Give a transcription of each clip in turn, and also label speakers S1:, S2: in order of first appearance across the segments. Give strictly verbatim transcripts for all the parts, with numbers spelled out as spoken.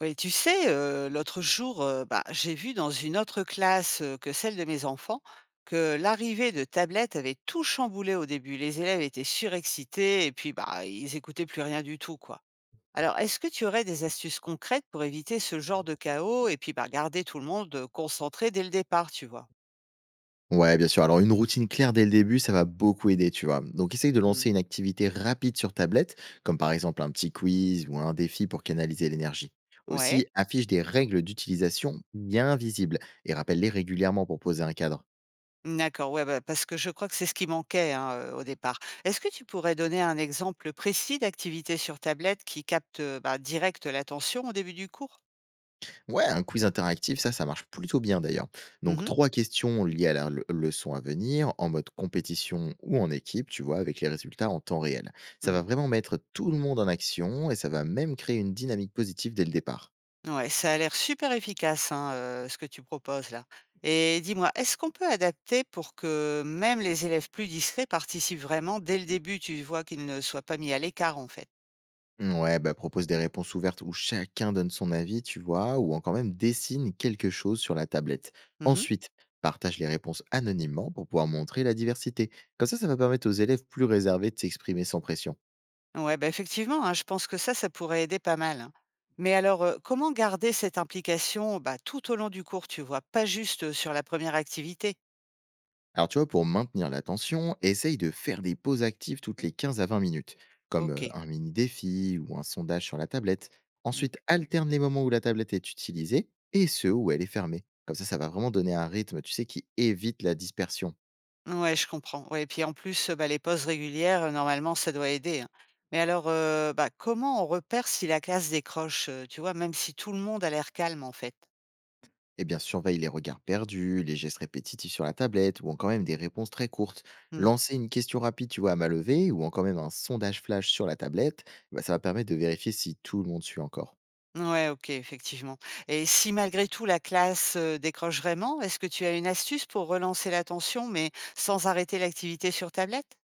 S1: Oui, tu sais, heu, l'autre jour, heu, bah, j'ai vu dans une autre classe, heu, que celle de mes enfants, que l'arrivée de tablettes avait tout chamboulé au début. Les élèves étaient surexcités et puis, bah, ils écoutaient plus rien du tout, quoi. Alors, est-ce que tu aurais des astuces concrètes pour éviter ce genre de chaos et puis, bah, garder tout le monde, heu, concentré dès le départ, tu vois?
S2: Ouais, bien sûr. Alors, une routine claire dès le début, ça va beaucoup aider, tu vois. Donc, essaye de
S1: Mmh.
S2: lancer une activité rapide sur tablette, comme par exemple un petit quiz ou un défi pour canaliser l'énergie.
S1: Ouais.
S2: Aussi, affiche des règles d'utilisation bien visibles et rappelle-les régulièrement pour poser un cadre.
S1: D'accord, ouais, bah, parce que je crois que c'est ce qui manquait, hein, heu, au départ. Est-ce que tu pourrais donner un exemple précis d'activité sur tablette qui capte, heu, bah, direct l'attention au début du cours?
S2: Ouais, un quiz interactif, ça, ça marche plutôt bien d'ailleurs.
S1: Mmh
S2: Donc,
S1: mh.
S2: trois questions liées à la le- leçon à venir, en mode compétition ou en équipe, tu vois, avec les résultats en temps réel. Ça
S1: Mmh.
S2: va vraiment mettre tout le monde en action et ça va même créer une dynamique positive dès le départ.
S1: Ouais, ça a l'air super efficace, hein, heu, ce que tu proposes là. Et dis-moi, est-ce qu'on peut adapter pour que même les élèves plus discrets participent vraiment dès le début? Tu vois, qu'ils ne soient pas mis à l'écart, en fait.
S2: Ouais, bah, propose des réponses ouvertes où chacun donne son avis, tu vois, ou encore même dessine quelque chose sur la tablette.
S1: Mmh.
S2: Ensuite, partage les réponses anonymement pour pouvoir montrer la diversité. Comme ça, ça va permettre aux élèves plus réservés de s'exprimer sans pression.
S1: Ouais, bah, effectivement, hein, je pense que ça, ça pourrait aider pas mal, hein. Mais alors, euh, comment garder cette implication, bah, tout au long du cours, tu vois, pas juste euh, sur la première activité?
S2: Alors, tu vois, pour maintenir l'attention, essaye de faire des pauses actives toutes les quinze à vingt minutes, comme
S1: Ok.
S2: euh, un mini défi ou un sondage sur la tablette.
S1: Mm.
S2: Ensuite, alterne les moments où la tablette est utilisée et ceux où elle est fermée. Comme ça, ça va vraiment donner un rythme, tu sais, qui évite la dispersion.
S1: Ouais, je comprends. Ouais, et puis en plus, euh, bah, les pauses régulières, euh, normalement, ça doit aider, hein. Mais alors, euh, bah, comment on repère si la classe décroche, euh, tu vois, même si tout le monde a l'air calme, en fait?
S2: Eh bien, surveille les regards perdus, les gestes répétitifs sur la tablette ou encore même des réponses très courtes.
S1: Mm.
S2: Lancer une question rapide, tu vois, à main levée ou encore même un sondage flash sur la tablette, bah, ça va permettre de vérifier si tout le monde suit encore.
S1: Ouais, ok, effectivement. Et si malgré tout la classe euh, décroche vraiment, est-ce que tu as une astuce pour relancer l'attention, mais sans arrêter l'activité sur tablette?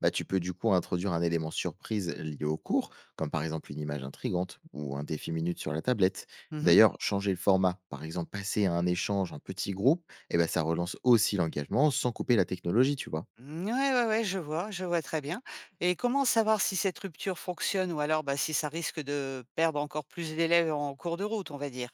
S2: Bah, tu peux du coup introduire un élément surprise lié au cours, comme par exemple une image intrigante ou un défi minute sur la tablette.
S1: Mmh mh.
S2: D'ailleurs, changer le format, par exemple passer à un échange en petit groupe, eh ben, ça relance aussi l'engagement sans couper la technologie, tu vois.
S1: Mmh, ouais, ouais, ouais, je vois, je vois très bien et comment savoir si cette rupture fonctionne ou alors, bah, si ça risque de perdre encore plus d'élèves en cours de route, on va dire?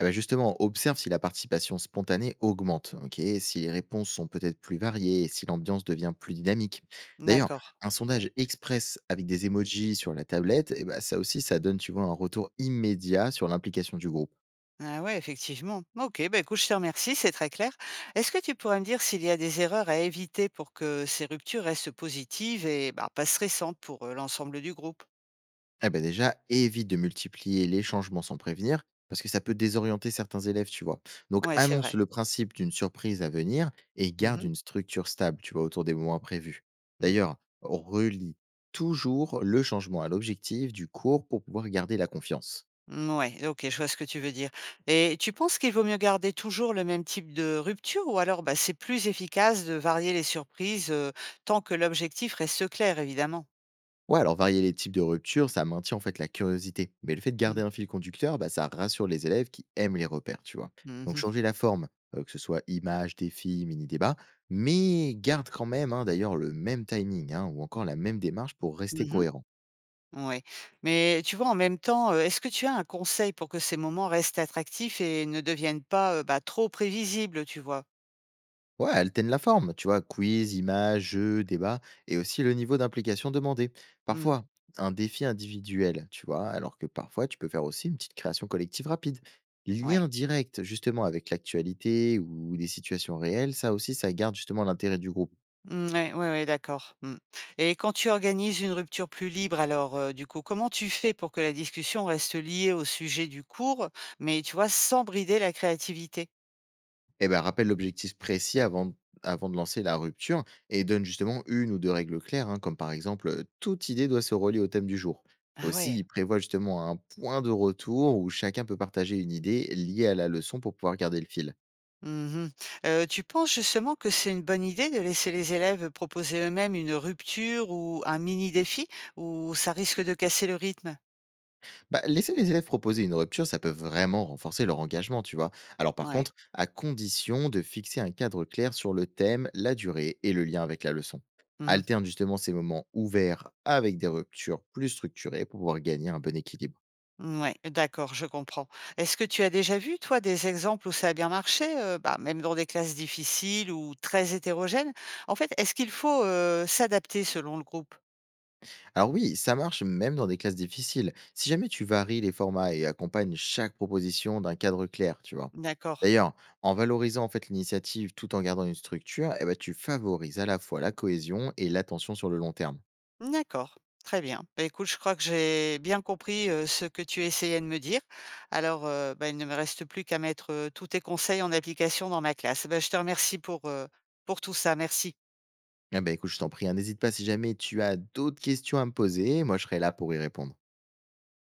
S2: Eh ben, justement, observe si la participation spontanée augmente, ok, si les réponses sont peut-être plus variées et si l'ambiance devient plus dynamique. D'ailleurs,
S1: D'accord.
S2: un sondage express avec des emojis sur la tablette, eh ben, ça aussi, ça donne, tu vois, un retour immédiat sur l'implication du groupe.
S1: Ah ouais, effectivement. OK, bah, écoute, je te remercie, c'est très clair. Est-ce que tu pourrais me dire s'il y a des erreurs à éviter pour que ces ruptures restent positives et, bah, pas stressantes pour, heu, l'ensemble du groupe?
S2: Eh ben déjà, évite de multiplier les changements sans prévenir, parce que ça peut désorienter certains élèves, tu vois. Donc,
S1: Ouais, c'est
S2: annonce
S1: vrai.
S2: le principe d'une surprise à venir et
S1: Mmh
S2: garde
S1: mh.
S2: une structure stable, tu vois, autour des moments prévus.
S1: Mmh.
S2: D'ailleurs, relie toujours le changement à l'objectif du cours pour pouvoir garder la confiance.
S1: Ouais, OK, je vois ce que tu veux dire et tu penses qu'il vaut mieux garder toujours le même type de rupture ou alors, bah, c'est plus efficace de varier les surprises, heu, tant que l'objectif reste clair, évidemment?
S2: Ouais, alors varier les types de ruptures, ça maintient en fait la curiosité. Mais le fait de
S1: Mmh.
S2: garder un fil conducteur, bah, ça rassure les élèves qui aiment les repères, tu vois.
S1: Mmh
S2: Donc
S1: mh.
S2: changer la forme, euh, que ce soit image, défi, mini-débat, mais garde quand même hein, d'ailleurs le même timing hein, ou encore la même démarche pour rester
S1: Mmh.
S2: cohérent.
S1: Ouais, mais tu vois, en même temps, heu, est-ce que tu as un conseil pour que ces moments restent attractifs et ne deviennent pas, heu, bah, trop prévisibles, tu vois?
S2: Ouais, alterne la forme, tu vois, quiz, images, jeux, débats, et aussi le niveau d'implication demandé.
S1: Mmh,
S2: Parfois, un défi individuel, tu vois, alors que parfois, tu peux faire aussi une petite création collective rapide.
S1: ouais.
S2: Lien direct, justement, avec l'actualité ou des situations réelles, ça aussi, ça garde justement l'intérêt du groupe.
S1: Mmh, ouais, ouais, ouais, d'accord. Mmh. Et quand tu organises une rupture plus libre, alors, heu, du coup, comment tu fais pour que la discussion reste liée au sujet du cours, mais tu vois, sans brider la créativité?
S2: Eh ben, rappelle l'objectif précis avant, avant de lancer la rupture et donne justement une ou deux règles claires, hein, comme par exemple euh, toute idée doit se relier au thème du jour.
S1: Ah
S2: Aussi,
S1: ouais.
S2: il prévoit justement un point de retour où chacun peut partager une idée liée à la leçon pour pouvoir garder le fil.
S1: Mmh mh. Tu penses justement que c'est une bonne idée de laisser les élèves proposer eux-mêmes une rupture ou un mini défi, ou ça risque de casser le rythme?
S2: Bah, laisser les élèves proposer une rupture, ça peut vraiment renforcer leur engagement, tu vois. Alors par
S1: Ouais.
S2: contre, à condition de fixer un cadre clair sur le thème, la durée et le lien avec la leçon.
S1: Mmh.
S2: Alterne justement ces moments ouverts avec des ruptures plus structurées pour pouvoir gagner un bon équilibre.
S1: Ouais, d'accord, je comprends. Est-ce que tu as déjà vu, toi, des exemples où ça a bien marché, heu, bah, même dans des classes difficiles ou très hétérogènes? En fait, est-ce qu'il faut, heu, s'adapter selon le groupe?
S2: Alors oui, ça marche même dans des classes difficiles, si jamais tu varies les formats et accompagnes chaque proposition d'un cadre clair, tu vois.
S1: D'accord,
S2: D'ailleurs, en valorisant en fait l'initiative tout en gardant une structure, eh ben, tu favorises à la fois la cohésion et l'attention sur le long terme.
S1: d'accord, très bien. Bah, écoute, je crois que j'ai bien compris, heu, ce que tu essayais de me dire. Alors, heu, bah, il ne me reste plus qu'à mettre, heu, tous tes conseils en application dans ma classe. Bah, je te remercie pour, heu, pour tout ça, merci.
S2: Eh ben, écoute, je t'en prie, hein, n'hésite pas si jamais tu as d'autres questions à me poser, moi je serai là pour y répondre.